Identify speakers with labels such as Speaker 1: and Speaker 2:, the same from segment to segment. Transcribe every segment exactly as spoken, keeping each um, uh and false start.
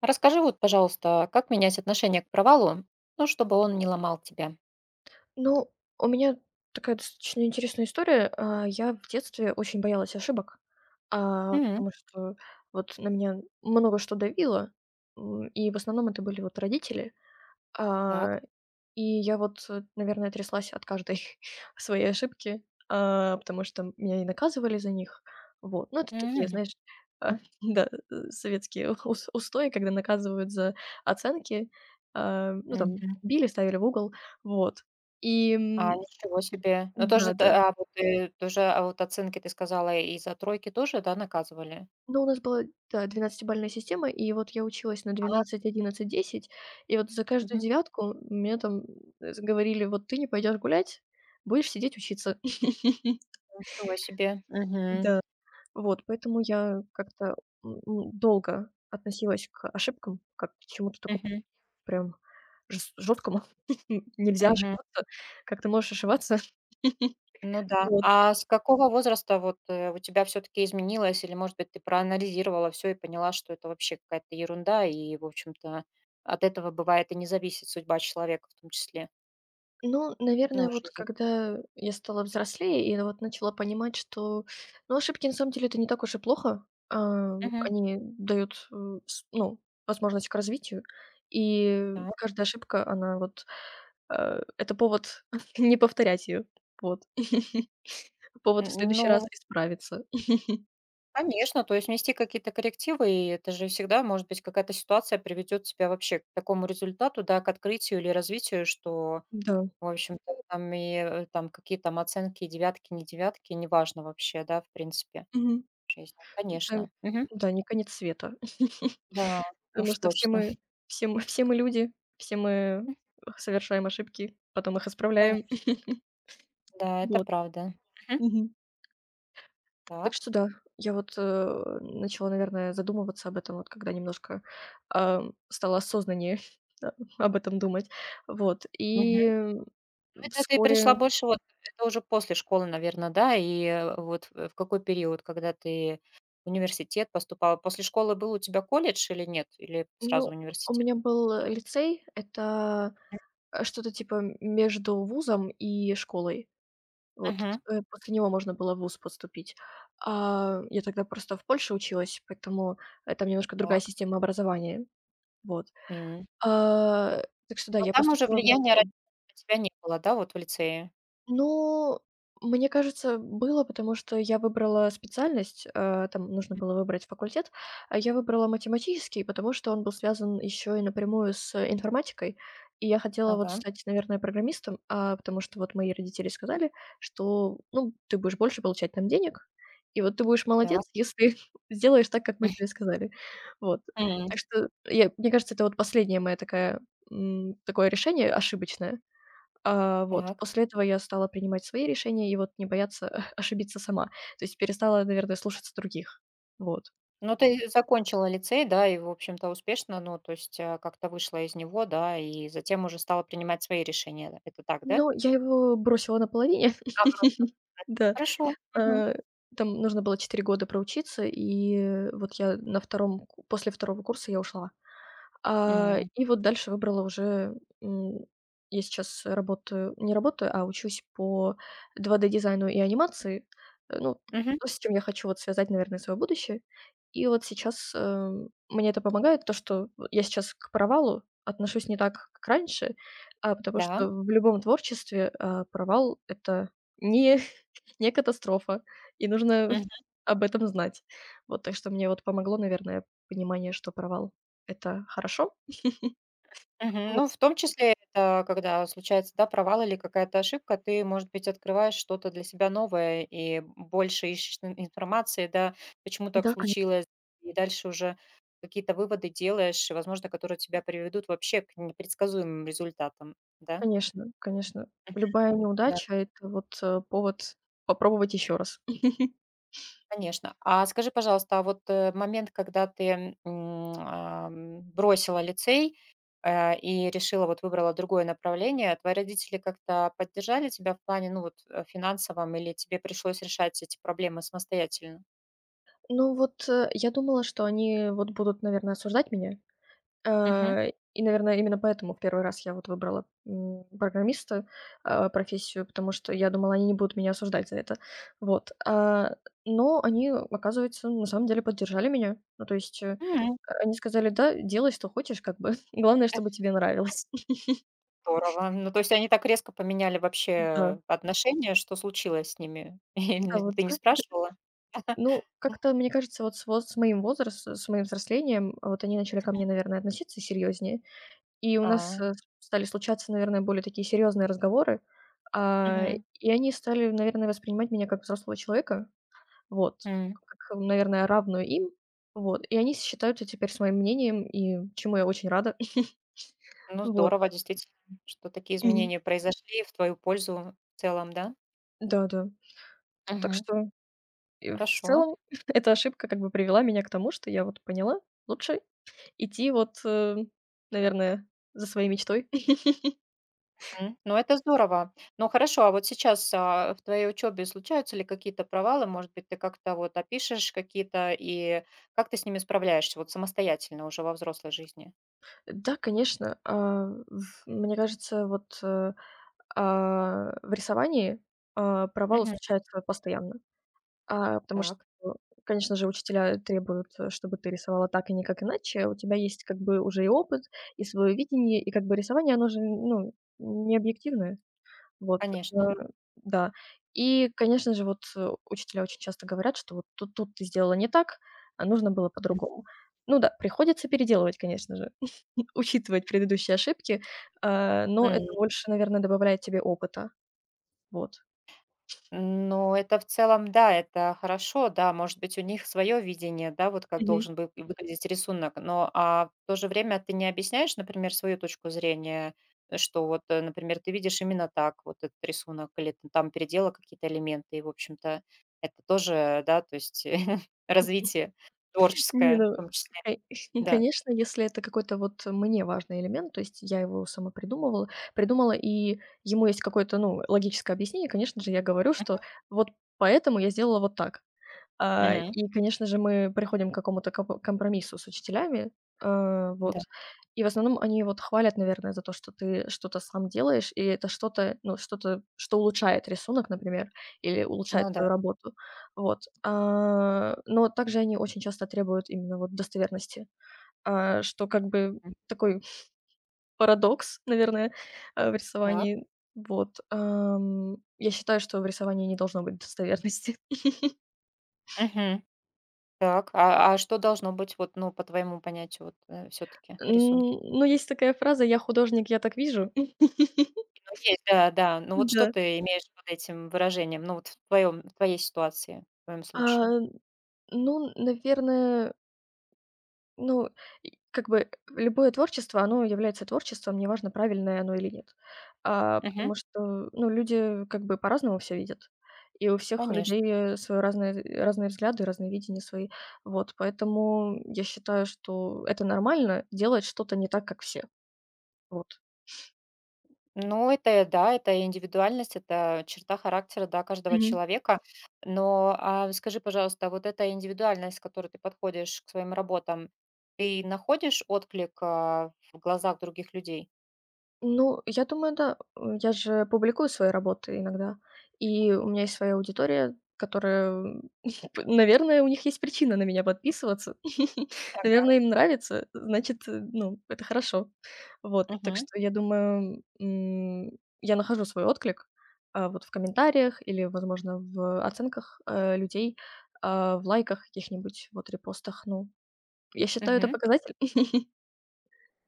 Speaker 1: Расскажи вот, пожалуйста, как менять отношение к провалу, ну, чтобы он не ломал тебя?
Speaker 2: Ну, у меня такая достаточно интересная история. А, я в детстве очень боялась ошибок, а,
Speaker 1: М,
Speaker 2: потому что вот на меня много что давило, м, и в основном это были вот родители.
Speaker 1: так.
Speaker 2: А и я вот, э, наверное, тряслась от каждой своей ошибки, а, потому что меня и наказывали за них. Вот. Ну, это такие,
Speaker 1: М,
Speaker 2: знаешь, а, да, э, советские ус устои, когда наказывают за оценки. А, ну, там
Speaker 1: мгм.
Speaker 2: били, ставили в угол. Вот. И, м,
Speaker 1: А, ничего себе. Ну, тоже,
Speaker 2: да-да.
Speaker 1: да, а вот ты тоже, а вот оценки, ты сказала, и за тройки тоже, да, наказывали?
Speaker 2: Ну, у нас была, да, двенадцатибалльная система, и вот я училась на
Speaker 1: А,
Speaker 2: двенадцать, одиннадцать, десять, и вот за каждую
Speaker 1: мгм.
Speaker 2: девятку мне там, э, говорили: "Вот ты не пойдешь гулять, будешь сидеть учиться".
Speaker 1: Ничего себе. Мгм.
Speaker 2: Да. Вот, поэтому я как-то, м, м, долго относилась к ошибкам, как к чему-то такому
Speaker 1: Мгм.
Speaker 2: прям жес жёсткому. Нельзя
Speaker 1: Мгм.
Speaker 2: ошибаться, как ты можешь ошибаться?
Speaker 1: Ну да.
Speaker 2: Вот.
Speaker 1: А с какого возраста вот, э, у тебя все таки изменилось или, может быть, ты проанализировала все и поняла, что это вообще какая-то ерунда и, в общем-то, от этого бывает и не зависит судьба человека в том числе?
Speaker 2: Ну,
Speaker 1: Ну,
Speaker 2: наверное, вот
Speaker 1: жизнь.
Speaker 2: когда я стала взрослее и вот начала понимать, что, ну, ошибки на самом деле это не так уж и плохо. А,
Speaker 1: Мгм.
Speaker 2: они дают, э, с ну, возможность к развитию, и
Speaker 1: Да.
Speaker 2: каждая ошибка, она вот Э, это повод не повторять ее. Вот. Повод
Speaker 1: Н
Speaker 2: в
Speaker 1: ну,
Speaker 2: следующий раз исправиться.
Speaker 1: конечно, то есть внести какие-то коррективы, и это же всегда, может быть, какая-то ситуация приведет тебя вообще к такому результату, да, к открытию или развитию, что,
Speaker 2: Да.
Speaker 1: в общем-то, там и, э, там какие там оценки, девятки, не девятки, неважно вообще, да, в принципе,
Speaker 2: Мгм.
Speaker 1: в
Speaker 2: Это,
Speaker 1: Конечно. Мгм.
Speaker 2: да, не конец света.
Speaker 1: Да,
Speaker 2: Потому
Speaker 1: уж
Speaker 2: что все
Speaker 1: точно.
Speaker 2: мы все мы все мы люди, все мы совершаем ошибки, потом их исправляем.
Speaker 1: Конечно. Да, это
Speaker 2: Вот.
Speaker 1: правда. Мгм.
Speaker 2: Мгм. Так
Speaker 1: Так.
Speaker 2: что да, я вот, э, начала, наверное, задумываться об этом вот, когда немножко, ам, стала осознаннее, да, об этом думать. Вот. И
Speaker 1: Это ты пришла
Speaker 2: вскоре.
Speaker 1: больше вот, это уже после школы, наверное, да? И, э, вот в в какой период, когда ты в университет поступала? После школы был у тебя колледж или нет? Или сразу
Speaker 2: Ну, у
Speaker 1: университет?
Speaker 2: меня был, э, лицей. Это, э, что-то типа м между вузом и школой. Вот,
Speaker 1: Мгм.
Speaker 2: э, после него можно было в вуз поступить. А, я тогда просто в Польше училась, поэтому, э, там немножко другая
Speaker 1: Так.
Speaker 2: система образования. Вот.
Speaker 1: М.
Speaker 2: А, так что да,
Speaker 1: Но
Speaker 2: я
Speaker 1: там уже
Speaker 2: поступила в
Speaker 1: влияния
Speaker 2: лицей.
Speaker 1: родителей на тебя не было, да, вот в лицее?
Speaker 2: Ну, мне кажется, было, потому что я выбрала специальность, э, там нужно
Speaker 1: М.
Speaker 2: было выбрать факультет, а я выбрала математический, потому что он был связан еще и напрямую с информатикой. И я хотела вот
Speaker 1: Ага.
Speaker 2: стать, наверное, программистом, а, потому что вот мои родители сказали, что, ну, ты будешь больше получать там денег, и вот ты будешь
Speaker 1: Так.
Speaker 2: молодец, если сделаешь так, как мы тебе сказали. Вот.
Speaker 1: М.
Speaker 2: Так что я мне кажется, это вот последняя моя такая, м, такое решение ошибочное. А, вот.
Speaker 1: Так.
Speaker 2: После этого я стала принимать свои решения и вот не бояться ошибиться сама. То есть перестала, наверное, слушаться других. Вот.
Speaker 1: Ну, ты закончила лицей, да, и, в общем-то, успешно, ну, то есть, э, как-то вышла из него, да, и затем уже стала принимать свои решения. Это так, да?
Speaker 2: Ну, я его бросила наполовине.
Speaker 1: А, бросила.
Speaker 2: Да.
Speaker 1: Хорошо. Мгм.
Speaker 2: Э, там нужно было четыре года проучиться, и вот я на 2 после второго курса я ушла. А,
Speaker 1: М.
Speaker 2: и вот дальше выбрала уже, м, я сейчас работаю, не работаю, а учусь по два D-дизайну и анимации. Э, ну,
Speaker 1: Мгм.
Speaker 2: то, с чем я хочу вот связать, наверное, свое будущее. И вот сейчас, эм, мне это помогает, то, что я сейчас к провалу отношусь не так, как раньше, а, потому
Speaker 1: Да.
Speaker 2: что в любом творчестве, а, провал - это не не катастрофа, и нужно
Speaker 1: Мгм.
Speaker 2: об этом знать. Вот, так что мне вот помогло, наверное, понимание, что провал - это хорошо.
Speaker 1: Мгм.
Speaker 2: Вот.
Speaker 1: Ну, в том числе, это когда случается, да, провал или какая-то ошибка, ты, может быть, открываешь что-то для себя новое и больше ищешь ин информации, да, почему так
Speaker 2: Да, коне
Speaker 1: случилось, и дальше уже какие-то выводы делаешь, возможно, которые тебя приведут вообще к непредсказуемым результатам, да?
Speaker 2: конечно, конечно.
Speaker 1: Мгм.
Speaker 2: Любая
Speaker 1: Да.
Speaker 2: неудача - это вот, э, повод попробовать еще раз.
Speaker 1: Конечно. А скажи, пожалуйста, а вот, э, момент, когда ты, м, ам, бросила лицей, э, и решила, вот выбрала другое направление, твои родители как-то поддержали тебя в плане, ну, вот, э, финансовом, или тебе пришлось решать эти проблемы самостоятельно?
Speaker 2: Ну вот, э, я думала, что они вот будут, наверное, осуждать меня.
Speaker 1: Мгм.
Speaker 2: Э, и, наверное, именно поэтому в первый раз я вот выбрала, м, программиста, э, профессию, потому что я думала, они не будут меня осуждать за это. Вот. А, но они, оказывается, на самом деле поддержали меня. Ну, то есть, э,
Speaker 1: М,
Speaker 2: они сказали: "Да, делай, что хочешь, как бы. Главное, чтобы тебе нравилось".
Speaker 1: Здорово. Ну, то есть они так резко поменяли
Speaker 2: Да.
Speaker 1: вообще отношения, что случилось с ними?
Speaker 2: Да,
Speaker 1: Или
Speaker 2: вот.
Speaker 1: ты не спрашивала?
Speaker 2: Ну, как-то, мне кажется, вот с воз с моим возрастом, с моим взрослением, вот они начали ко мне, наверное, относиться серьезнее. И у нас,
Speaker 1: А,
Speaker 2: э, стали случаться, наверное, более такие серьезные разговоры. А,
Speaker 1: мгм,
Speaker 2: и они стали, наверное, воспринимать меня как взрослого человека, вот,
Speaker 1: м.
Speaker 2: как, наверное, равную им. Вот, и они считаются теперь с моим мнением, и чему я очень рада.
Speaker 1: Ну,
Speaker 2: Вот.
Speaker 1: здорово, действительно, что такие
Speaker 2: Мгм.
Speaker 1: изменения произошли в твою пользу в целом, да?
Speaker 2: Да-да. Так
Speaker 1: Мгм.
Speaker 2: что, э, в
Speaker 1: Хорошо.
Speaker 2: целом эта ошибка как бы привела меня к тому, что я вот поняла: лучше идти вот, э, наверное, за своей мечтой.
Speaker 1: Мгм. Ну, это здорово. Ну, хорошо, а вот сейчас, а, в твоей учебе случаются ли какие-то провалы? Может быть, ты как-то вот опишешь какие-то, и как ты с ними справляешься вот самостоятельно уже во взрослой жизни?
Speaker 2: Да, конечно, а, в мне кажется, вот, э, а, в рисовании, а, провалы
Speaker 1: Мгм.
Speaker 2: случаются постоянно. А, потому что,
Speaker 1: Так,
Speaker 2: конечно же, учителя требуют, э, чтобы ты рисовала так и никак иначе, а у тебя есть как бы уже и опыт, и свое видение, и как бы рисование, оно же, ну, не объективное. Вот, э,
Speaker 1: конечно.
Speaker 2: да. И, конечно же, вот, э, учителя очень часто говорят, что вот тут тут ты сделала не так, а нужно было по-другому. Ну да, приходится переделывать, конечно же, учитывать предыдущие ошибки, а, но это больше, наверное, добавляет тебе опыта. Вот.
Speaker 1: Ну, это в целом, да, это хорошо, да, может быть, у них свое видение, да, вот как
Speaker 2: Мгм.
Speaker 1: должен бы и выглядеть рисунок, но а в то же время ты не объясняешь, например, свою точку зрения, э, что вот, э, например, ты видишь именно так вот этот рисунок, или ты там передела какие-то элементы, и, в общем-то, это тоже, да, то есть развитие
Speaker 2: Не,
Speaker 1: творческое в
Speaker 2: ну,
Speaker 1: том числе,
Speaker 2: кон
Speaker 1: да.
Speaker 2: конечно, если это какой-то вот мне важный элемент, то есть я его сама придумывала придумала, и ему есть какое-то, ну, логическое объяснение, конечно же, я говорю, что
Speaker 1: Мгм.
Speaker 2: вот поэтому я сделала вот так. А, и, конечно же, мы приходим к какому-то капо компромиссу с учителями. Э,
Speaker 1: Да,
Speaker 2: вот. И в основном они вот хвалят, наверное, за то, что ты что-то сам делаешь, и это что-то, ну, что-то, что улучшает рисунок, например, или улучшает
Speaker 1: ну да.
Speaker 2: твою работу. Вот. А, но также они очень часто требуют именно вот достоверности, а, что как бы
Speaker 1: М.
Speaker 2: такой парадокс, наверное, э, в
Speaker 1: Так.
Speaker 2: рисовании. Вот. Ам, я считаю, что в рисовании не должно быть достоверности.
Speaker 1: Мгм. Так, а а что должно быть вот, ну, по твоему понятию вот, э, все-таки
Speaker 2: М,
Speaker 1: в рисунке?
Speaker 2: ну, есть такая фраза: "Я художник, я так вижу".
Speaker 1: Ну, есть, да, да. Ну, вот что
Speaker 2: Да.
Speaker 1: ты имеешь под этим выражением? Ну, вот в твоем в твоей ситуации, в твоем
Speaker 2: А,
Speaker 1: случае?
Speaker 2: ну, наверное, ну, и как бы любое творчество, оно является творчеством, неважно, правильное оно или нет. А,
Speaker 1: Мгм.
Speaker 2: потому что, ну, люди как бы по-разному все видят, и у всех
Speaker 1: Конечно.
Speaker 2: людей, свои разные разные взгляды, разные видения свои. Вот, поэтому я считаю, что это нормально - делать что-то не так, как все. Вот.
Speaker 1: Ну, это, да, это индивидуальность, это черта характера, да, каждого человека. Но, а, скажи, пожалуйста, вот эта индивидуальность, с которой ты подходишь к своим работам, ты находишь отклик, а, в глазах других людей?
Speaker 2: Ну, я думаю, да. М, я же публикую свои работы иногда, и у меня есть своя аудитория, которая, м, п наверное, у них есть причина на меня подписываться. Наверное, им нравится, значит, э, ну, это хорошо. Вот, так
Speaker 1: Мгм.
Speaker 2: что я думаю, м, я нахожу свой отклик, а, вот в комментариях или, возможно, в оценках, э, людей, а, в лайках каких-нибудь, вот репостах. Ну, я считаю, это
Speaker 1: Мгм.
Speaker 2: показатель.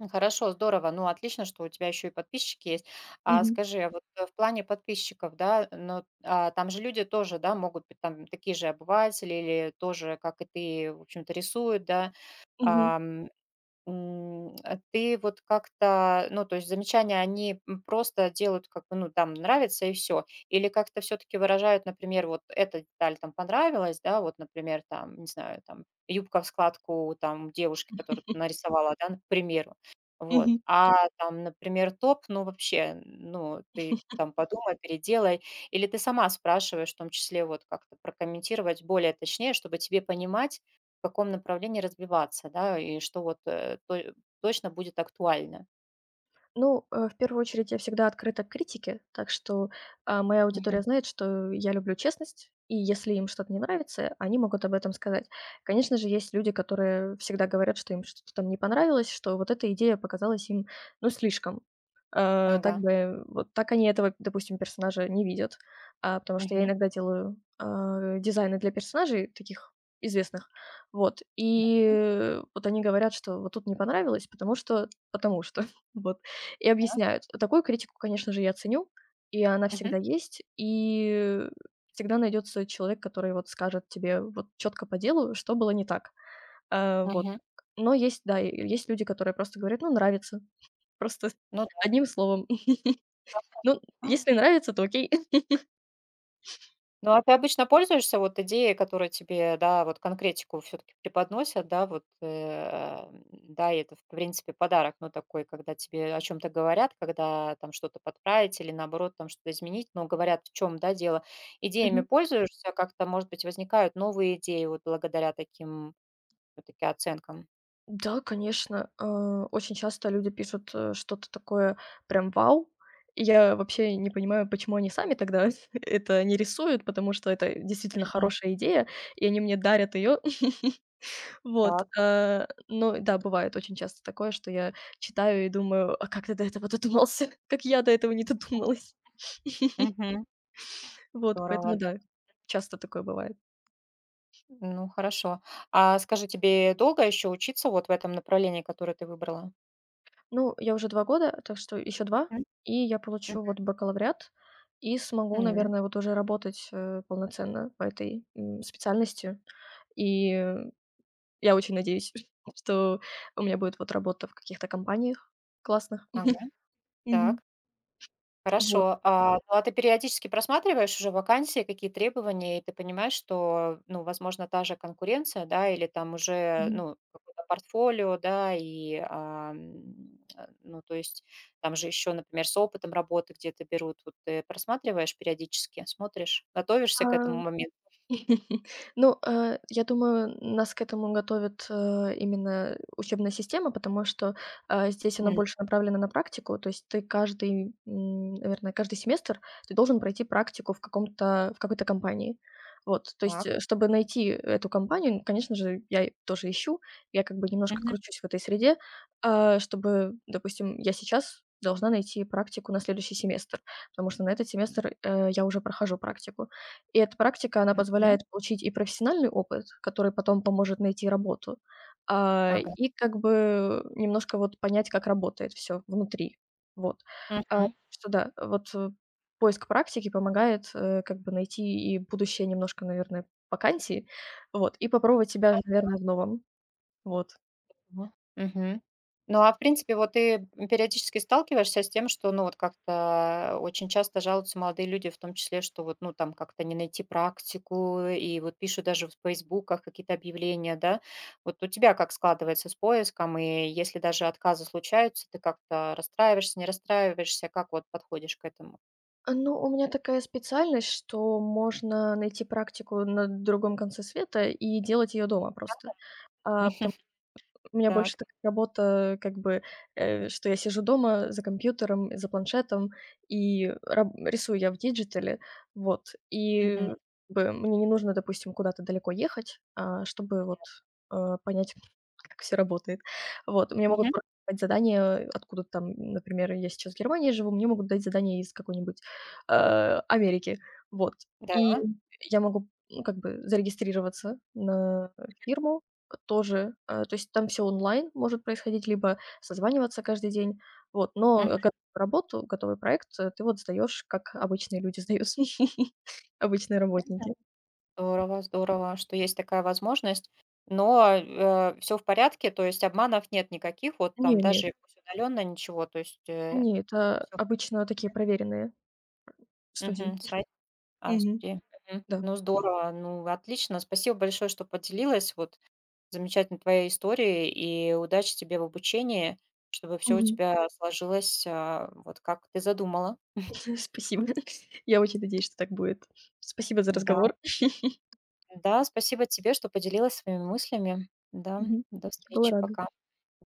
Speaker 1: Ну, хорошо, здорово. Ну, отлично, что у тебя еще и подписчики есть. А
Speaker 2: Мгм.
Speaker 1: скажи, а вот э, в плане подписчиков, да, но а, там же люди тоже, да, могут быть там такие же обыватели или тоже, как и ты, в общем-то, рисуют, да.
Speaker 2: Мгм.
Speaker 1: М, а ты вот как-то, ну, то есть замечания, они, м, просто делают как бы, ну, там нравится и все, или как-то все таки выражают, например, вот эта деталь там понравилась, да, вот, например, там, не знаю, там юбка в складку там девушки, которую ты нарисовала, да, ну, к примеру. Вот.
Speaker 2: Мгм.
Speaker 1: А там, например, топ, ну, вообще, ну, ты там подумай, переделай. Или ты сама спрашиваешь, в том числе, вот как-то прокомментировать более точнее, чтобы тебе понимать, в каком направлении развиваться, да, и что вот э, то- точно будет актуально.
Speaker 2: Ну, э, в первую очередь, я всегда открыта к критике, так что, а, моя
Speaker 1: Мгм.
Speaker 2: аудитория знает, что я люблю честность, и если им что-то не нравится, они могут об этом сказать. Конечно же, есть люди, которые всегда говорят, что им что-то там не понравилось, что вот эта идея показалась им, ну, слишком. Э, так
Speaker 1: Ага.
Speaker 2: бы вот так они этого, допустим, персонажа не видят, а, потому что я
Speaker 1: Мгм.
Speaker 2: иногда делаю, а, дизайны для персонажей таких известных. Вот,
Speaker 1: Да.
Speaker 2: и э, вот они говорят, что вот тут не понравилось, потому что потому что. Вот. И объясняют. Такую критику, конечно же, я ценю, и она
Speaker 1: Мгм.
Speaker 2: всегда есть, и всегда найдется человек, который вот скажет тебе вот четко по делу, что было не так. А, вот.
Speaker 1: Мгм.
Speaker 2: Но есть, да, и есть люди, которые просто говорят: "Ну, нравится". Просто
Speaker 1: Ну да.
Speaker 2: одним словом. Ну,
Speaker 1: Хорошо.
Speaker 2: если нравится, то окей.
Speaker 1: Ну, а ты обычно пользуешься вот идеей, которая тебе, да, вот конкретику все-таки преподносят, да, вот, э, да, и это, в принципе, подарок, ну, такой, когда тебе о чем-то говорят, когда там что-то подправить или, наоборот, там что-то изменить, но говорят, в чем, да, дело. Идеями
Speaker 2: Мгм.
Speaker 1: пользуешься, как-то, может быть, возникают новые идеи вот благодаря таким все-таки оценкам.
Speaker 2: Да, конечно, э, очень часто люди пишут, э, что-то такое прям вау. И я вообще не понимаю, почему они сами тогда это не рисуют, потому что это действительно
Speaker 1: Мгм.
Speaker 2: хорошая идея, и они мне дарят ее. Вот,
Speaker 1: Так.
Speaker 2: э, ну да, бывает очень часто такое, что я читаю и думаю: "А как ты до этого додумался? Как я до этого не додумалась?"
Speaker 1: Мгм.
Speaker 2: Вот,
Speaker 1: Здорово,
Speaker 2: поэтому да,
Speaker 1: да.
Speaker 2: часто такое бывает.
Speaker 1: Ну, хорошо. А скажи, тебе долго еще учиться вот в этом направлении, которое ты выбрала?
Speaker 2: Ну, я уже два года, так что еще два,
Speaker 1: Мгм.
Speaker 2: и я
Speaker 1: Мгм.
Speaker 2: получу вот бакалавриат и смогу,
Speaker 1: М.
Speaker 2: наверное, вот уже работать, э, полноценно по этой, м, специальности. И э, я очень надеюсь, что у меня будет вот работа в каких-то компаниях классных.
Speaker 1: Ага.
Speaker 2: Мгм.
Speaker 1: Так.
Speaker 2: Вот.
Speaker 1: Хорошо. А, ну, а ты периодически просматриваешь уже вакансии, какие требования, и ты понимаешь, что, ну, возможно, та же конкуренция, да, или там уже,
Speaker 2: Мгм.
Speaker 1: ну, какое-то портфолио, да, и, а, м, э, ну, то есть там же еще, например, с опытом работы где-то берут. Вот ты просматриваешь периодически, смотришь, готовишься к
Speaker 2: А
Speaker 1: этому моменту?
Speaker 2: Ну, э, я думаю, нас к этому готовит, э, именно учебная система, потому что, э, здесь она
Speaker 1: М,
Speaker 2: больше направлена на практику. То есть ты каждый, м, наверное, каждый семестр ты должен пройти практику в каком-то в какой-то компании. Вот, то есть,
Speaker 1: так.
Speaker 2: э, чтобы найти эту компанию, ну, конечно же, я и тоже ищу. Я как бы немножко
Speaker 1: Мгм.
Speaker 2: кручусь в этой среде, а, чтобы, допустим, я сейчас должна найти практику на следующий семестр, потому что на этот семестр, э, я уже прохожу практику. И эта практика, она
Speaker 1: Мгм.
Speaker 2: позволяет получить и профессиональный опыт, который потом поможет найти работу, а,
Speaker 1: Ага.
Speaker 2: и как бы немножко вот понять, как работает всё внутри. Вот. А,
Speaker 1: Мгм.
Speaker 2: что да, вот, э, поиск практики помогает, э, как бы найти и будущее немножко, наверное, вакансии, вот, и попробовать себя, наверное, в новом. Вот.
Speaker 1: Хорошо. Мгм. Ну, а в принципе, вот ты, периодически сталкиваешься с тем, что, ну, вот как-то очень часто жалуются молодые люди, в том числе, что вот, ну, там как-то не найти практику, и вот пишут даже в "Фейсбуках" какие-то объявления, да? Вот у тебя как складывается с поиском? И если даже отказы случаются, ты как-то расстраиваешься, не расстраиваешься? Как вот подходишь к этому?
Speaker 2: А, ну, у меня такая специальность, что можно найти практику на другом конце света и делать её дома просто. А, потом У меня больше
Speaker 1: Так.
Speaker 2: такая работа, как бы, э, что я сижу дома за компьютером, за планшетом и раб рисую я в диджитале. Вот. И,
Speaker 1: Мгм.
Speaker 2: как бы, мне не нужно, допустим, куда-то далеко ехать, а, чтобы вот, э, понять, как все работает. Вот. Мне могут
Speaker 1: Мгм.
Speaker 2: просто дать задание откуда-то там, например, я сейчас в Германии живу, мне могут дать задание из какой-нибудь, э, Америки. Вот.
Speaker 1: Да.
Speaker 2: И я могу, ну, как бы зарегистрироваться на фирму. Э, тоже, э, то есть там все онлайн может происходить, либо созваниваться каждый день. Вот, но готовую работу, готовый проект, э, ты вот сдаешь как обычные люди сдают, обычные работники.
Speaker 1: Здорово, здорово, что есть такая возможность. Но, все в порядке, то есть обманов нет никаких, вот
Speaker 2: Не
Speaker 1: там
Speaker 2: не
Speaker 1: даже удаленно, ничего, то есть, э,
Speaker 2: не, это
Speaker 1: всё.
Speaker 2: обычно такие проверенные студии.
Speaker 1: Мгм. Сайт, а,
Speaker 2: Мгм.
Speaker 1: студия. Мгм.
Speaker 2: Да.
Speaker 1: Ну, здорово, ну, отлично. Спасибо большое, что поделилась вот замечательной твоей историей, и удачи тебе в обучении, чтобы все у
Speaker 2: Мгм.
Speaker 1: тебя сложилось, а, вот как ты задумала.
Speaker 2: Спасибо. Я очень надеюсь, что так будет. Спасибо за
Speaker 1: Да,
Speaker 2: разговор.
Speaker 1: да, спасибо тебе, что поделилась своими мыслями. Да,
Speaker 2: Мгм.
Speaker 1: до
Speaker 2: Я была
Speaker 1: встречи,
Speaker 2: рада.
Speaker 1: пока.